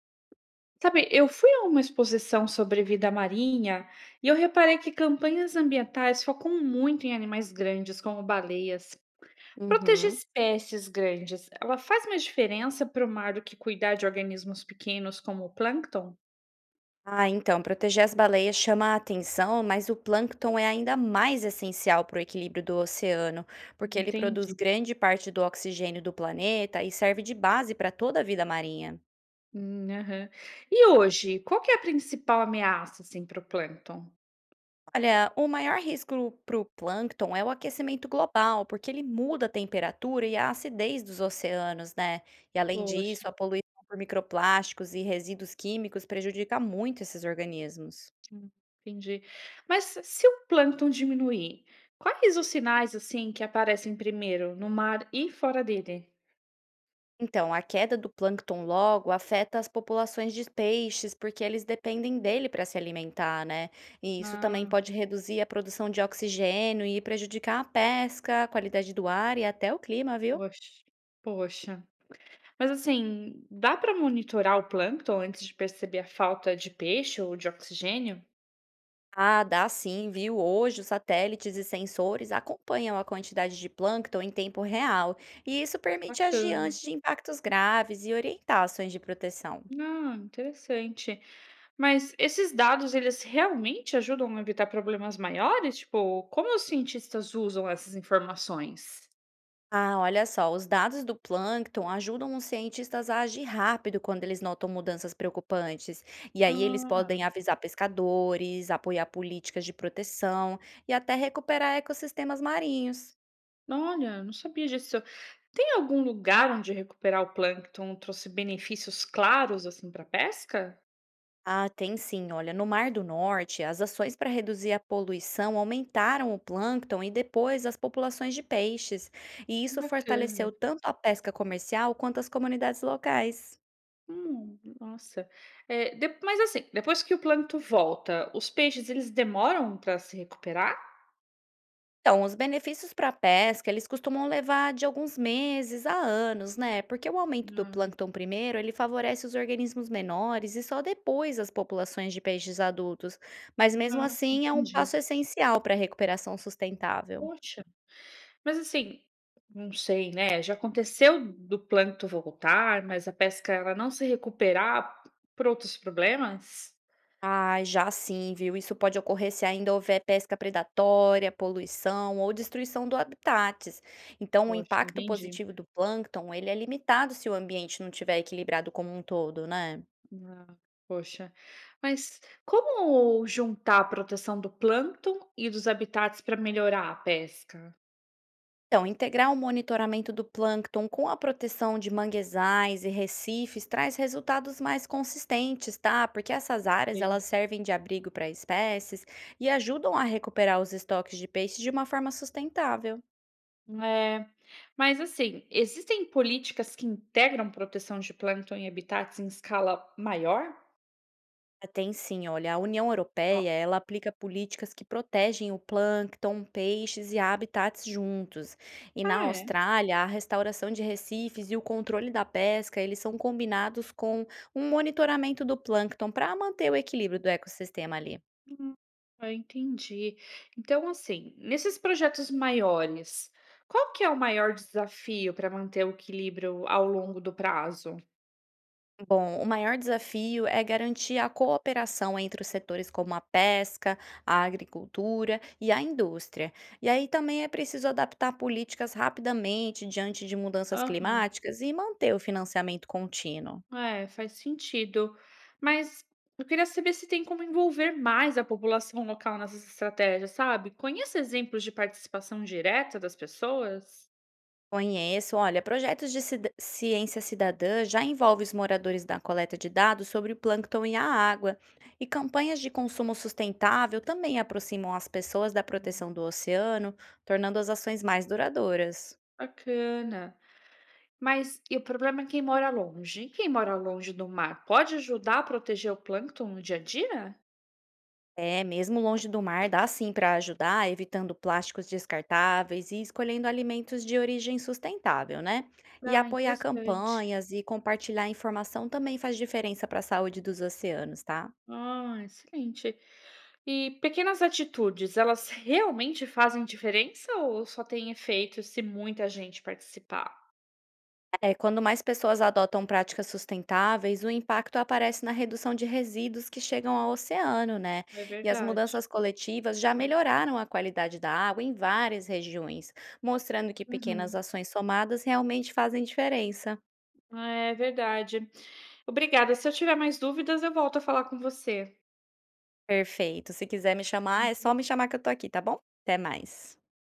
Sabe, eu fui a uma exposição sobre vida marinha e eu reparei que campanhas ambientais focam muito em animais grandes, como baleias. Proteger Uhum. espécies grandes, ela faz mais diferença para o mar do que cuidar de organismos pequenos como o plâncton? Ah, então, proteger as baleias chama a atenção, mas o plâncton é ainda mais essencial para o equilíbrio do oceano, porque ele produz Entendi. grande parte do oxigênio do planeta e serve de base para toda a vida marinha. Aham. E hoje, qual que é a principal ameaça assim, para o plâncton? Olha, o maior risco para o plâncton é o aquecimento global, porque ele muda a temperatura e a acidez dos oceanos, né? E além Poxa, disso, a poluição por microplásticos e resíduos químicos prejudica muito esses organismos. hum, entendi. Mas se o plâncton diminuir, quais os sinais assim que aparecem primeiro no mar e fora dele? Então, a queda do plâncton logo afeta as populações de peixes, porque eles dependem dele para se alimentar, né? E isso também Ah, pode reduzir a produção de oxigênio e prejudicar a pesca, a qualidade do ar e até o clima, viu? poxa, poxa. Mas assim, dá para monitorar o plâncton antes de perceber a falta de peixe ou de oxigênio? Ah, dá sim, viu? Hoje os satélites e sensores acompanham a quantidade de plâncton em tempo real, e isso permite agir Bacana. antes de impactos graves e orientar ações de proteção. Ah, interessante. Mas esses dados, eles realmente ajudam a evitar problemas maiores? Tipo, como os cientistas usam essas informações? Ah, olha só, os dados do plâncton ajudam os cientistas a agir rápido quando eles notam mudanças preocupantes. E aí eles Ah, podem avisar pescadores, apoiar políticas de proteção e até recuperar ecossistemas marinhos. olha, não sabia disso. Tem algum lugar onde recuperar o plâncton trouxe benefícios claros assim para a pesca? Ah, tem sim. Olha, no Mar do Norte, as ações para reduzir a poluição aumentaram o plâncton e depois as populações de peixes. E Que isso bacana. fortaleceu tanto a pesca comercial quanto as comunidades locais. Nossa. Eh, de Mas assim, depois que o plâncton volta, os peixes eles demoram para se recuperar? Então, os benefícios para a pesca, eles costumam levar de alguns meses a anos, né? Porque o aumento do Ah, plâncton primeiro, ele favorece os organismos menores e só depois as populações de peixes adultos. Mas mesmo ah, assim, é um entendi. passo essencial para a recuperação sustentável. Poxa, mas assim, não sei, né, já aconteceu do plâncton voltar, mas a pesca ela não se recuperar por outros problemas? Ah, já sim, viu? Isso pode ocorrer se ainda houver pesca predatória, poluição ou destruição do habitats. Então, o Poxa, impacto entendi. positivo do plâncton, ele é limitado se o ambiente não estiver equilibrado como um todo, né? Ah, poxa. Mas como juntar a proteção do plâncton e dos habitats para melhorar a pesca? Então, integrar o monitoramento do plâncton com a proteção de manguezais e recifes traz resultados mais consistentes, tá? Porque essas áreas elas servem de abrigo para espécies e ajudam a recuperar os estoques de peixes de uma forma sustentável. É, mas assim, existem políticas que integram proteção de plâncton em habitats em escala maior? Ah, tem sim, olha, a União Ó, Europeia, ela aplica políticas que protegem o plâncton, peixes e habitats juntos. E na ah, é? Austrália, a restauração de recifes e o controle da pesca, eles são combinados com um monitoramento do plâncton para manter o equilíbrio do ecossistema ali. Hum, ah, entendi. Então, assim, nesses projetos maiores, qual que é o maior desafio para manter o equilíbrio ao longo do prazo? Bom, o maior desafio é garantir a cooperação entre os setores como a pesca, a agricultura e a indústria. E aí também é preciso adaptar políticas rapidamente diante de mudanças Aham, climáticas e manter o financiamento contínuo. é, faz sentido. Mas eu queria saber se tem como envolver mais a população local nessas estratégias, sabe? Conhece exemplos de participação direta das pessoas? Conheço, olha, projetos de ciência cidadã já envolvem os moradores da coleta de dados sobre o plâncton e a água. E campanhas de consumo sustentável também aproximam as pessoas da proteção do oceano, tornando as ações mais duradouras. Bacana. Mas e o problema é quem mora longe? E quem mora longe do mar pode ajudar a proteger o plâncton no dia a dia? É, mesmo longe do mar, dá sim para ajudar, evitando plásticos descartáveis e escolhendo alimentos de origem sustentável, né? E Ah, apoiar interessante. campanhas e compartilhar informação também faz diferença para a saúde dos oceanos, tá? Ah, excelente. E pequenas atitudes, elas realmente fazem diferença ou só tem efeito se muita gente participar? É, quando mais pessoas adotam práticas sustentáveis, o impacto aparece na redução de resíduos que chegam ao oceano, né? É E as verdade. mudanças coletivas já melhoraram a qualidade da água em várias regiões, mostrando que pequenas Uhum. ações somadas realmente fazem diferença. É verdade. Obrigada. Se eu tiver mais dúvidas, eu volto a falar com você. Perfeito, se quiser me chamar é só Muito me chamar que eu tô aqui, tá bom? Até mais.